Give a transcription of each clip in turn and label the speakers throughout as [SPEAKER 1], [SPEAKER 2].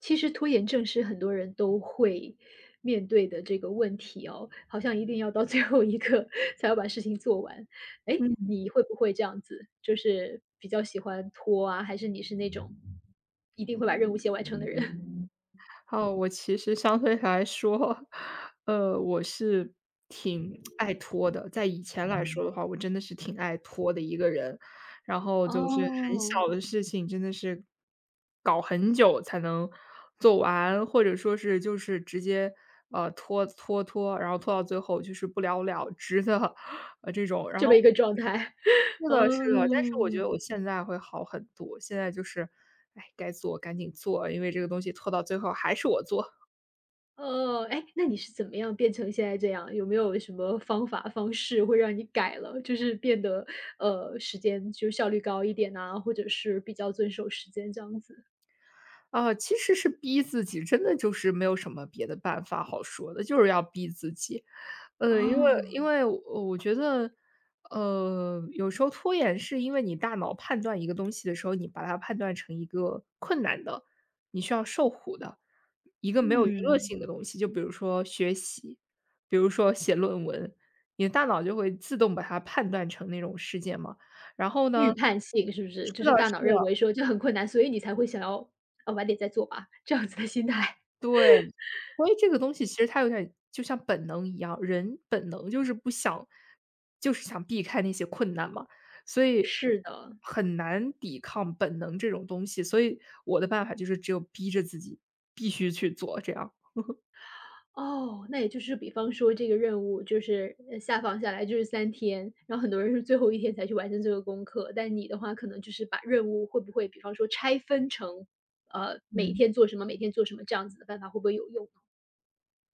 [SPEAKER 1] 其实拖延症是很多人都会面对的这个问题哦，好像一定要到最后一刻 才要把事情做完。哎，
[SPEAKER 2] 嗯，
[SPEAKER 1] 你会不会这样子？就是比较喜欢拖啊，还是你是那种一定会把任务先完成的人？
[SPEAKER 2] 好，我其实相对来说，我是挺爱拖的。在以前来说的话，我真的是挺爱拖的一个人，然 后就是很
[SPEAKER 1] 哦，
[SPEAKER 2] 小的事情真的是搞很久才能做完，或者说是就是直接，拖拖拖，然后拖到最后就是不了了之的，这种，然
[SPEAKER 1] 这
[SPEAKER 2] 后
[SPEAKER 1] 么一个状态。
[SPEAKER 2] 是的
[SPEAKER 1] 哦。
[SPEAKER 2] 是的，但是我觉得我现在会好很多，现在就是，哎，该做赶紧做，因为这个东西拖到最后还是我做。
[SPEAKER 1] 哦，哎，那你是怎么样变成现在这样？有没有什么方法方式会让你改了，就是变得时间就效率高一点啊，或者是比较遵守时间这样子？
[SPEAKER 2] 啊，其实是逼自己，真的就是没有什么别的办法好说的，就是要逼自己。因为
[SPEAKER 1] 哦。
[SPEAKER 2] 因为我觉得，有时候拖延是因为你大脑判断一个东西的时候，你把它判断成一个困难的，你需要受苦的，一个没有娱乐
[SPEAKER 1] 嗯，
[SPEAKER 2] 性的东西，就比如说学习，比如说写论文，你的大脑就会自动把它判断成那种事件嘛。然后
[SPEAKER 1] 预
[SPEAKER 2] 呢，
[SPEAKER 1] 判性是不是？
[SPEAKER 2] 是
[SPEAKER 1] 就
[SPEAKER 2] 的，
[SPEAKER 1] 是大
[SPEAKER 2] 是
[SPEAKER 1] 脑
[SPEAKER 2] 的，
[SPEAKER 1] 认为说这很困难，所以你才会想要啊晚点再做吧，这样子的心态。
[SPEAKER 2] 对。所以这个东西其实它有点就像本能一样，人本能就是不想就是想避开那些困难嘛，所以我
[SPEAKER 1] 是的。
[SPEAKER 2] 很难抵抗本能这种东西，所以我的办法就是只有逼着自己必须去做，这样。
[SPEAKER 1] 哦，那也就是比方说这个任务就是，下放下来就是三天，然后很多人是最后一天才去完成这个功课，但你的话可能就是把任务会不会比方说拆分成，每一
[SPEAKER 2] 嗯。
[SPEAKER 1] 天做什么，每天做什么这样子的办法会不会有用呢？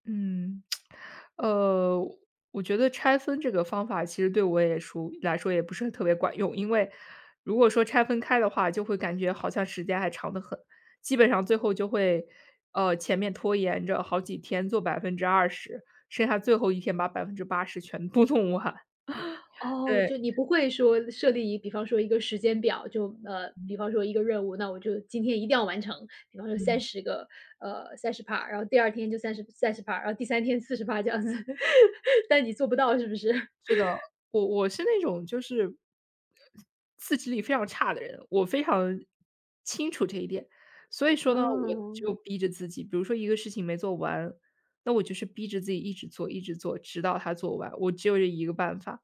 [SPEAKER 2] 嗯，呃，我觉得拆分这个方法其实对我也说来说也不是特别管用，因为如果说拆分开的话，就会感觉好像时间还长得很，基本上最后就会，前面拖延着好几天做20%，剩下最后一天把80%全部弄完。
[SPEAKER 1] 哦，
[SPEAKER 2] 对，
[SPEAKER 1] 就你不会说设立一比方说一个时间表，就，比
[SPEAKER 2] 嗯
[SPEAKER 1] 方说一个任务，那我就今天一定要完成，比方说30个，30%，三十 part，然后第二天就三3030%，然后第三天四40%这样子，但你做不到是不是？
[SPEAKER 2] 是的，我是那种就是，自制力非常差的人，我非常清楚这一点。所以说呢，我只
[SPEAKER 1] 哦。
[SPEAKER 2] 有逼着自己，比如说一个事情没做完，那我就是逼着自己一直做一直做，直到它做完，我只有这一个办法。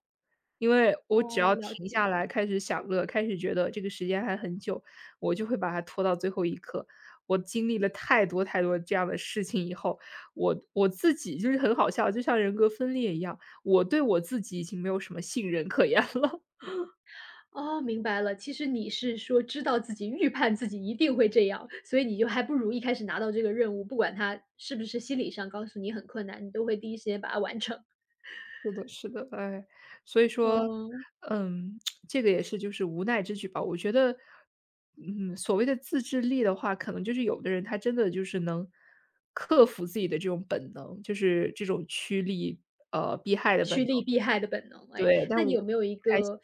[SPEAKER 2] 因为我只
[SPEAKER 1] 哦，
[SPEAKER 2] 要
[SPEAKER 1] 了
[SPEAKER 2] 停下
[SPEAKER 1] 解。
[SPEAKER 2] 来开始享乐，开始觉得这个时间还很久，我就会把它拖到最后一刻。我经历了太多太多这样的事情以后，我自己就是很好笑，就像人格分裂一样，我对我自己已经没有什么信任可言了。
[SPEAKER 1] 哦，明白了。其实你是说知道自己预判自己一定会这样，所以你就还不如一开始拿到这个任务，不管它是不是心理上告诉你很困难，你都会第一时间把它完成。
[SPEAKER 2] 是的，是的，哎，所以说，
[SPEAKER 1] 嗯。
[SPEAKER 2] 嗯，这个也是就是无奈之举吧。我觉得，嗯，所谓的自制力的话，可能就是有的人他真的就是能克服自己的这种本能，就是这种趋利避害的本
[SPEAKER 1] 趋
[SPEAKER 2] 能。
[SPEAKER 1] 利避害的本能哎。
[SPEAKER 2] 对，但
[SPEAKER 1] 那你
[SPEAKER 2] 我，
[SPEAKER 1] 有没有一个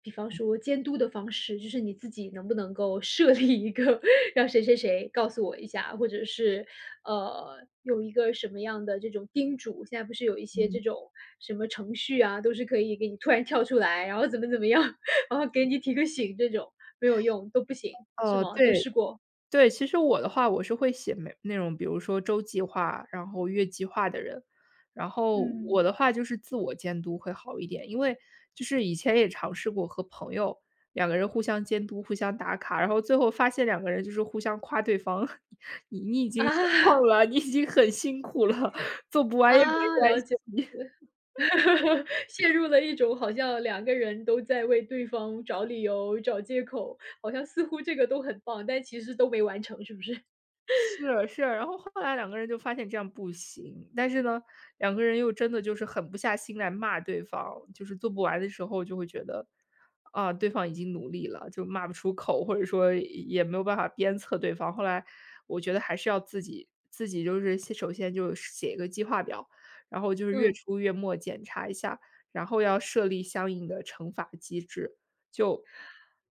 [SPEAKER 1] 比方说监督的方式，就是你自己能不能够设立一个 让谁谁谁告诉我一下，或者是，有一个什么样的这种叮嘱，现在不是有一些
[SPEAKER 2] 嗯，
[SPEAKER 1] 这种什么程序啊，都是可以给你突然跳出来，然后怎么怎么样，然后给你提个醒这种，没有用，都不行，是
[SPEAKER 2] 哦，
[SPEAKER 1] 吗？都
[SPEAKER 2] 对，
[SPEAKER 1] 试过？
[SPEAKER 2] 对，其实我的话，我是会写每那种比如说周计划，然后月计划的人。然后
[SPEAKER 1] 嗯。
[SPEAKER 2] 我的话就是自我监督会好一点，因为就是以前也尝试过和朋友两个人互相监督、互相打卡，然后最后发现两个人就是互相夸对方，你已经很棒
[SPEAKER 1] 啊。
[SPEAKER 2] 了，你已经很辛苦了，做不完也没
[SPEAKER 1] 啊，
[SPEAKER 2] 关
[SPEAKER 1] 了解。
[SPEAKER 2] 系。
[SPEAKER 1] 陷入了一种好像两个人都在为对方找理由、找借口，好像似乎这个都很棒，但其实都没完成，是不是？
[SPEAKER 2] 是是，然后后来两个人就发现这样不行，但是呢，两个人又真的就是狠不下心来骂对方，就是做不完的时候就会觉得，啊，对方已经努力了，就骂不出口，或者说也没有办法鞭策对方。后来我觉得还是要自己就是首先就写一个计划表，然后就 是月
[SPEAKER 1] 嗯。
[SPEAKER 2] 初月末检查一下，然后要设立相应的惩罚机制，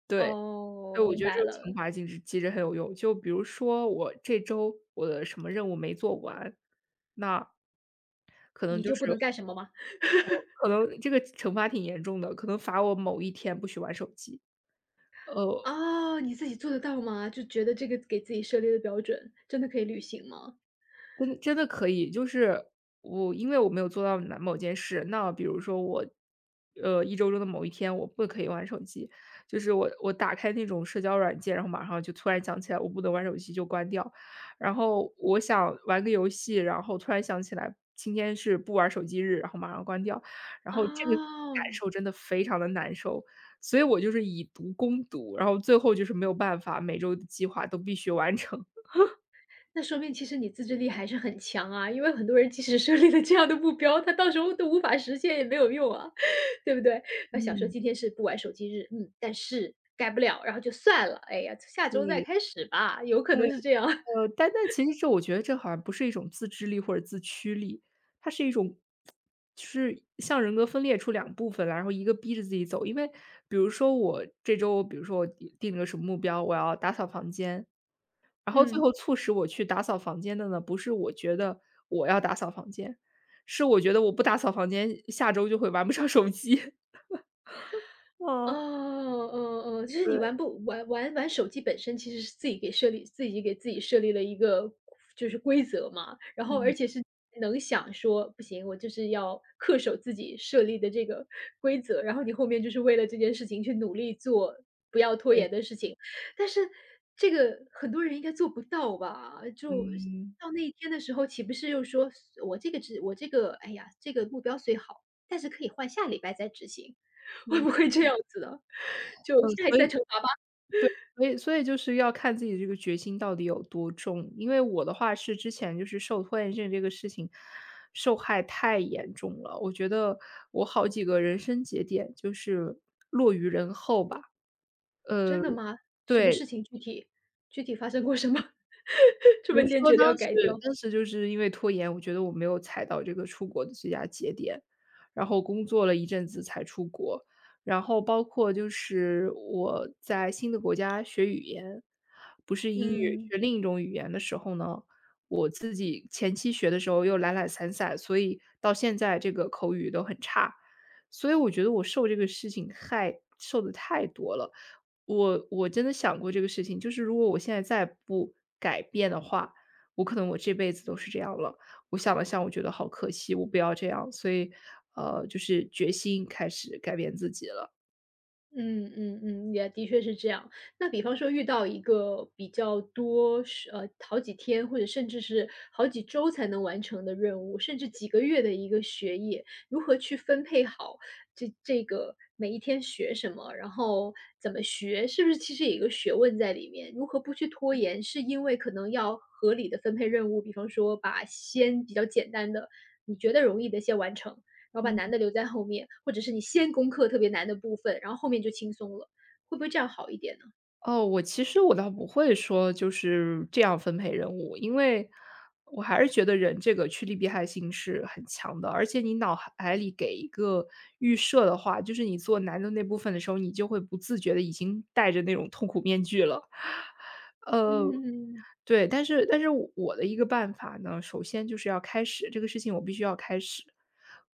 [SPEAKER 2] 对。
[SPEAKER 1] 哦，
[SPEAKER 2] 对，我
[SPEAKER 1] 明
[SPEAKER 2] 觉得这
[SPEAKER 1] 白
[SPEAKER 2] 个惩
[SPEAKER 1] 了。
[SPEAKER 2] 罚机制其实很有用。就比如说我这周我的什么任务没做完，那可能
[SPEAKER 1] 你
[SPEAKER 2] 就
[SPEAKER 1] 就不
[SPEAKER 2] 是，
[SPEAKER 1] 能干什么吗？
[SPEAKER 2] 我可能这个惩罚挺严重的，可能罚我某一天不许玩手机。呃
[SPEAKER 1] 哦，你自己做得到吗？就觉得这个给自己设立的标准，真的可以履行吗？
[SPEAKER 2] 真的可以，就是因为我没有做到哪某件事，那比如说我，一周中的某一天我不可以玩手机，就是我打开那种社交软件，然后马上就突然想起来我不能玩手机就关掉，然后我想玩个游戏，然后突然想起来今天是不玩手机日，然后马上关掉，然后这个感
[SPEAKER 1] 哦。
[SPEAKER 2] 受真的非常的难受，所以我就是以毒攻毒，然后最后就是没有办法，每周的计划都必须完成。
[SPEAKER 1] 那说明其实你自制力还是很强啊，因为很多人即使设立了这样的目标，他到时候都无法实现也没有用啊，对不对？那想说
[SPEAKER 2] 嗯，
[SPEAKER 1] 今天是不玩手机日，嗯，但是改不了，然后就算了，哎呀，下周再
[SPEAKER 2] 对，
[SPEAKER 1] 开始吧，有可能
[SPEAKER 2] 对。
[SPEAKER 1] 是这样。
[SPEAKER 2] 但其实我觉得这好像不是一种自制力或者自驱力，它是一种就是像人格分裂出两部分来，然后一个逼着自己走。因为比如说我这周，比如说我定了个什么目标，我要打扫房间，然后最
[SPEAKER 1] 嗯。
[SPEAKER 2] 后促使我去打扫房间的呢，不是我觉得我要打扫房间，是我觉得我不打扫房间，下周就会玩不上手机。
[SPEAKER 1] 哦，
[SPEAKER 2] 哦。
[SPEAKER 1] 哦哦，就是
[SPEAKER 2] 对，
[SPEAKER 1] 你玩不玩玩玩手机本身其实是自己给自己设立了一个就是规则嘛，然后
[SPEAKER 2] 嗯，
[SPEAKER 1] 而且是能想说不行，我就是要恪守自己设立的这个规则，然后你后面就是为了这件事情去努力做不要拖
[SPEAKER 2] 对，
[SPEAKER 1] 延的事情。但是这个很多人应该做不到吧？就
[SPEAKER 2] 嗯，
[SPEAKER 1] 到那一天的时候，岂不是又说我这个哎呀，这个目标虽好，但是可以换下礼拜再执行。会
[SPEAKER 2] 嗯，
[SPEAKER 1] 不会这样子的？就
[SPEAKER 2] 嗯
[SPEAKER 1] 下一
[SPEAKER 2] 所
[SPEAKER 1] 次再惩
[SPEAKER 2] 以
[SPEAKER 1] 罚吧。
[SPEAKER 2] 所以就是要看自己这个决心到底有多重。因为我的话是之前就是受拖延症这个事情受害太严重了，我觉得我好几个人生节点就是落于人后吧。呃，
[SPEAKER 1] 真的吗？什么
[SPEAKER 2] 对。
[SPEAKER 1] 事情具体具体发生过什么？这
[SPEAKER 2] 比
[SPEAKER 1] 么
[SPEAKER 2] 如
[SPEAKER 1] 坚
[SPEAKER 2] 说
[SPEAKER 1] 决的要
[SPEAKER 2] 当
[SPEAKER 1] 改
[SPEAKER 2] 时
[SPEAKER 1] 掉。
[SPEAKER 2] 当时就是因为拖延，我觉得我没有踩到这个出国的最佳节点，然后工作了一阵子才出国。然后包括就是我在新的国家学语言，不是英语，
[SPEAKER 1] 嗯。
[SPEAKER 2] 学另一种语言的时候呢，我自己前期学的时候又懒懒散散，所以到现在这个口语都很差。所以我觉得我受这个事情害受的太多了。我真的想过这个事情，就是如果我现在再不改变的话，我可能我这辈子都是这样了。我想了想，我觉得好可惜，我不要这样，所以，就是决心开始改变自己了。
[SPEAKER 1] 嗯嗯嗯，也的确是这样。那比方说遇到一个比较多是好几天或者甚至是好几周才能完成的任务，甚至几个月的一个学业，如何去分配好这个每一天学什么，然后怎么学，是不是其实有一个学问在里面？如何不去拖延，是因为可能要合理的分配任务，比方说把先比较简单的，你觉得容易的先完成。然后把难的留在后面，或者是你先攻克特别难的部分，然后后面就轻松了，会不会这样好一点呢？
[SPEAKER 2] 哦，我其实倒不会说就是这样分配任务，因为我还是觉得人这个趋利避害性是很强的，而且你脑海里给一个预设的话，就是你做难的那部分的时候，你就会不自觉的已经戴着那种痛苦面具了。呃
[SPEAKER 1] 嗯。
[SPEAKER 2] 对，但是我的一个办法呢，首先就是要开始，这个事情我必须要开始。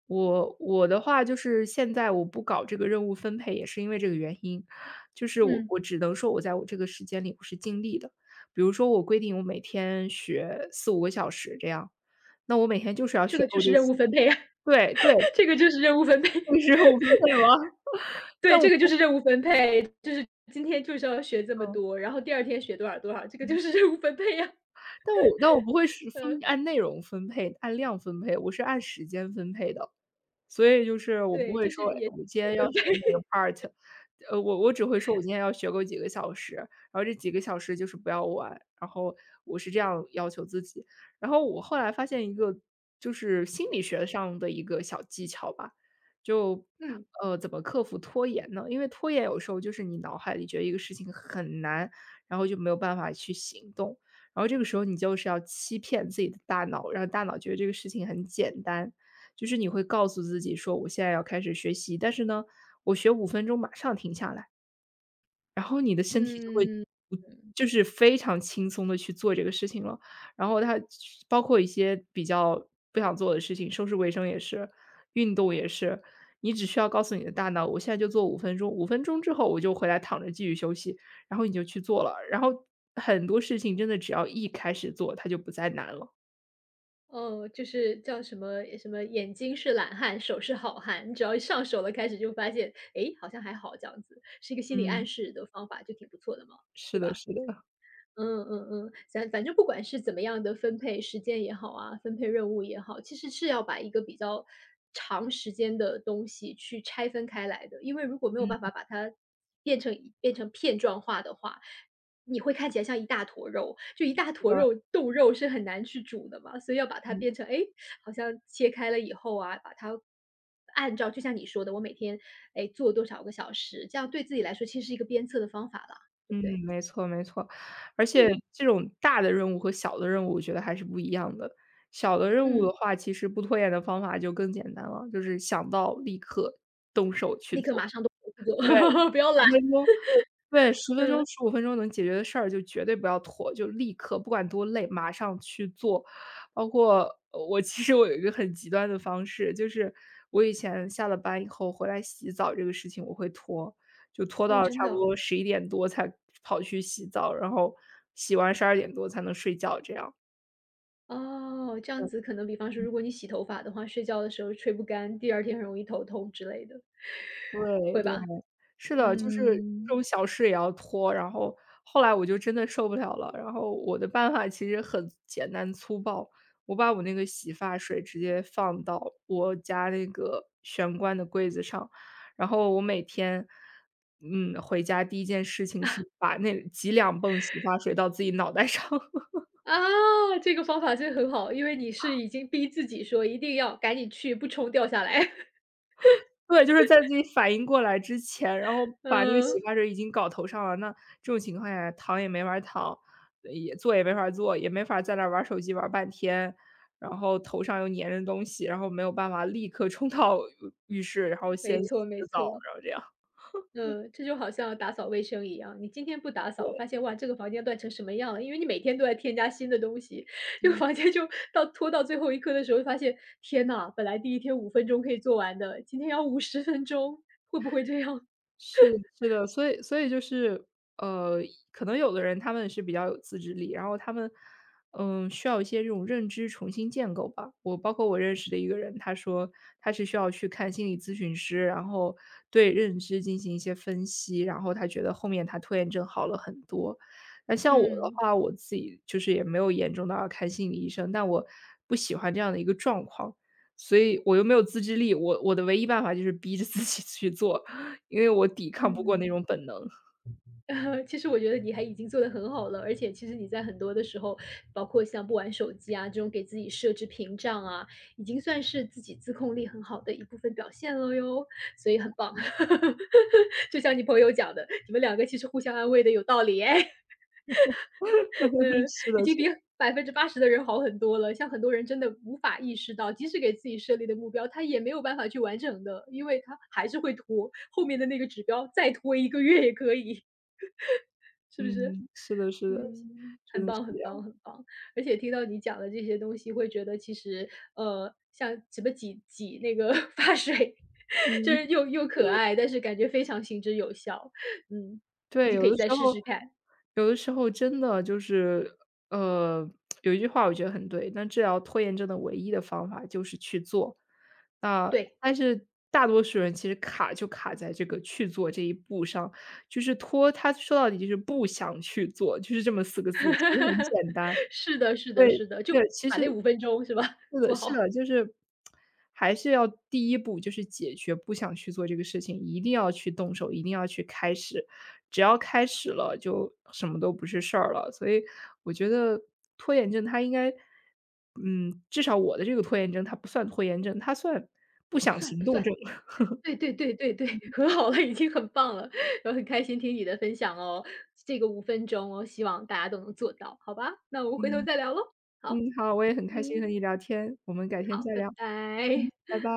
[SPEAKER 2] 我的话就是现在我不搞这个任务分配，也是因为这个原因，就是我
[SPEAKER 1] 嗯，
[SPEAKER 2] 我只能说我在我这个时间里我是尽力的。比如说我规定我每天学四五个小时这样，那我每天就是要
[SPEAKER 1] 这
[SPEAKER 2] 学
[SPEAKER 1] 个就
[SPEAKER 2] 够
[SPEAKER 1] 是
[SPEAKER 2] 这
[SPEAKER 1] 任务
[SPEAKER 2] 些。
[SPEAKER 1] 分配啊。
[SPEAKER 2] 对对，
[SPEAKER 1] 这个就是任务分配。
[SPEAKER 2] 就 是 我分配吗？那
[SPEAKER 1] 对，
[SPEAKER 2] 我
[SPEAKER 1] 这个就
[SPEAKER 2] 不
[SPEAKER 1] 是任务分配，就是今天就是要学这么多，然后第二天学多少多少，这个
[SPEAKER 2] 嗯，
[SPEAKER 1] 就是任务分配呀。
[SPEAKER 2] 但我不 会是分
[SPEAKER 1] 嗯。
[SPEAKER 2] 按内容分配、按量分配，我是按时间分配的。所以就是我不
[SPEAKER 1] 对，
[SPEAKER 2] 会
[SPEAKER 1] 就
[SPEAKER 2] 说，
[SPEAKER 1] 是
[SPEAKER 2] 哎
[SPEAKER 1] 也是
[SPEAKER 2] 我今
[SPEAKER 1] 有
[SPEAKER 2] 天要
[SPEAKER 1] 分
[SPEAKER 2] 学
[SPEAKER 1] 配。
[SPEAKER 2] 哪个 part，我只会说我今天要学够几个小时，然后这几个小时就是不要玩，然后我是这样要求自己。然后我后来发现一个就是心理学上的一个小技巧吧，就
[SPEAKER 1] 嗯
[SPEAKER 2] 怎么克服拖延呢？因为拖延有时候就是你脑海里觉得一个事情很难，然后就没有办法去行动，然后这个时候你就是要欺骗自己的大脑，让大脑觉得这个事情很简单，就是你会告诉自己说我现在要开始学习，但是呢，我学5分钟马上停下来，然后你的身体就会
[SPEAKER 1] 嗯。
[SPEAKER 2] 不就是非常轻松的去做这个事情了。然后它包括一些比较不想做的事情，收拾卫生也是，运动也是。你只需要告诉你的大脑，我现在就做五分钟，五分钟之后我就回来躺着继续休息，然后你就去做了。然后很多事情真的只要一开始做，它就不再难了。
[SPEAKER 1] 哦，就是叫什么什么眼睛是懒汉，手是好汉，你只要一上手了，开始就发现，哎，好像还好这样子，是一个心理
[SPEAKER 2] 嗯，
[SPEAKER 1] 暗示的方法，就挺不错的嘛，
[SPEAKER 2] 是
[SPEAKER 1] 对
[SPEAKER 2] 的
[SPEAKER 1] 吧？
[SPEAKER 2] 是的。
[SPEAKER 1] 嗯嗯嗯，咱反正不管是怎么样的分配时间也好啊，分配任务也好，其实是要把一个比较长时间的东西去拆分开来的。因为如果没有办法把它变成片状化的话，你会看起来像一大坨肉，就一大
[SPEAKER 2] 是
[SPEAKER 1] 坨
[SPEAKER 2] 的。
[SPEAKER 1] 肉，冻肉是很难去煮的嘛，所以要把它变成，哎，好像切开了以后啊，把它按照就像你说的，我每天，哎做多少个小时，这样对自己来说其实是一个鞭策的方法啦，对不
[SPEAKER 2] 嗯，
[SPEAKER 1] 对？
[SPEAKER 2] 没错没错。而且
[SPEAKER 1] 嗯。
[SPEAKER 2] 这种大的任务和小的任务，我觉得还是不一样的。小的任务的
[SPEAKER 1] 嗯。
[SPEAKER 2] 话，其实不拖延的方法就更简单了，就是想到立刻动手去
[SPEAKER 1] 立刻
[SPEAKER 2] 做。
[SPEAKER 1] 马上动手去做。
[SPEAKER 2] 对。
[SPEAKER 1] 不要懒。
[SPEAKER 2] 十分钟。对，十分钟、15分钟能解决的事儿，就绝对不要拖，就立刻不管多累，马上去做。包括其实我有一个很极端的方式，就是我以前下了班以后回来洗澡这个事情我会拖，就拖
[SPEAKER 1] 哦，
[SPEAKER 2] 到
[SPEAKER 1] 真
[SPEAKER 2] 差
[SPEAKER 1] 的
[SPEAKER 2] 不
[SPEAKER 1] 哦。
[SPEAKER 2] 多11点多才跑去洗澡，然后洗完12点多才能睡觉这样。
[SPEAKER 1] 哦这样子可能比方说如果你洗头发的话，睡觉的时候吹不干，第二天很容易头痛之类的，
[SPEAKER 2] 嗯对
[SPEAKER 1] 会
[SPEAKER 2] 对。
[SPEAKER 1] 吧？
[SPEAKER 2] 是的，就是这
[SPEAKER 1] 嗯。
[SPEAKER 2] 种小事也要拖，然后后来我就真的受不了了，然后我的办法其实很简单粗暴，我把我那个洗发水直接放到我家那个玄关的柜子上，然后我每天，嗯，回家第一件事情是把那几两泵洗发水到自己脑袋上。
[SPEAKER 1] 啊，这个方法真很好，因为你是已经逼自己说一定要赶紧去，不冲掉下来。
[SPEAKER 2] 对，就是在自己反应过来之前，然后把那个洗
[SPEAKER 1] 嗯，
[SPEAKER 2] 发水已经搞头上了。那这种情况下躺也没法儿躺，也坐也没法儿坐，也没法儿在那儿玩儿手机玩儿半天，然后头上又粘着东西，然后没有办法立刻冲到浴室，然后先
[SPEAKER 1] 没
[SPEAKER 2] 洗
[SPEAKER 1] 错没
[SPEAKER 2] 个澡，
[SPEAKER 1] 错。
[SPEAKER 2] 然后这样。
[SPEAKER 1] 这就好像打扫卫生一样，你今天不打扫，发现哇，这个房间乱成什么样了？因为你每天都在添加新的东西，这个房间就到拖到最后一刻的时候，发现天呐，本来第一天五分钟可以做完的，今天要50分钟，会不会这样？
[SPEAKER 2] 是的是的，所以就是，呃，可能有的人他们是比较有自制力，然后他们，嗯，需要一些这种认知重新建构吧。我包括我认识的一个人，他说他是需要去看心理咨询师，然后对认知进行一些分析，然后他觉得后面他拖延症好了很多。那像我的
[SPEAKER 1] 嗯。
[SPEAKER 2] 话，我自己就是也没有严重到要看心理医生，但我不喜欢这样的一个状况，所以我又没有自制力，我的唯一办法就是逼着自己去做。因为我抵抗不过那
[SPEAKER 1] 嗯。
[SPEAKER 2] 种本能。
[SPEAKER 1] 其实我觉得你还已经做得很好了，而且其实你在很多的时候，包括像不玩手机啊，这种给自己设置屏障啊，已经算是自己自控力很好的一部分表现了哟，所以很棒。就像你朋友讲的，你们两个其实互相安慰的有道理哎。嗯，
[SPEAKER 2] 是
[SPEAKER 1] 已
[SPEAKER 2] 的，是
[SPEAKER 1] 经比
[SPEAKER 2] 的，
[SPEAKER 1] 80%的人好很多了。像很多人真的无法意识到，即使给自己设立的目标，他也没有办法去完成的，因为他还是会拖，后面的那个指标再拖一个月也可以。是不是？
[SPEAKER 2] 嗯，是的，是的，
[SPEAKER 1] 嗯，
[SPEAKER 2] 真
[SPEAKER 1] 很
[SPEAKER 2] 的是
[SPEAKER 1] 棒
[SPEAKER 2] 这
[SPEAKER 1] 很棒
[SPEAKER 2] 样。
[SPEAKER 1] 很棒。而且听到你讲的这些东西，会觉得其实，像什么挤挤那个 发水，就
[SPEAKER 2] 嗯，
[SPEAKER 1] 是又可爱，但是感觉非常行之有效。嗯。估
[SPEAKER 2] 对，
[SPEAKER 1] 计可
[SPEAKER 2] 有
[SPEAKER 1] 以
[SPEAKER 2] 的时
[SPEAKER 1] 再
[SPEAKER 2] 候
[SPEAKER 1] 试试看。
[SPEAKER 2] 真的就是，呃，有一句话我觉得很对，那治疗拖延症的唯一的方法就是去做。那
[SPEAKER 1] 对，
[SPEAKER 2] 但是大多数人其实卡就卡在这个去做这一步上，就是拖，他说到底就是不想去做，就是这么四个字，其实很 简单。
[SPEAKER 1] 是的，是的，
[SPEAKER 2] 对，
[SPEAKER 1] 是的，就
[SPEAKER 2] 对，其
[SPEAKER 1] 把
[SPEAKER 2] 实
[SPEAKER 1] 那五分钟是吧？
[SPEAKER 2] 是 的
[SPEAKER 1] 做
[SPEAKER 2] 是的，
[SPEAKER 1] 好。
[SPEAKER 2] 就是还是要第一步就是解决不想去做这个事情，一定要去动手，一定要去开始。只要开始了，就什么都不是事儿了。所以我觉得拖延症它应该，嗯，至少我的这个拖延症，它不算拖延症，它算不
[SPEAKER 1] 不
[SPEAKER 2] 想
[SPEAKER 1] 算
[SPEAKER 2] 行
[SPEAKER 1] 不
[SPEAKER 2] 动
[SPEAKER 1] 算。
[SPEAKER 2] 症。
[SPEAKER 1] 对对对对对，和好了已经很棒了，然后很开心听你的分享哦，这个五分钟哦，希望大家都能做到，好吧？那我们回头
[SPEAKER 2] 嗯，
[SPEAKER 1] 再聊喽。好。
[SPEAKER 2] 嗯，好，我也很开心和
[SPEAKER 1] 嗯。
[SPEAKER 2] 你聊天，我们改天
[SPEAKER 1] 好，
[SPEAKER 2] 再
[SPEAKER 1] 拜
[SPEAKER 2] 聊。嗯，
[SPEAKER 1] 拜。
[SPEAKER 2] 拜拜。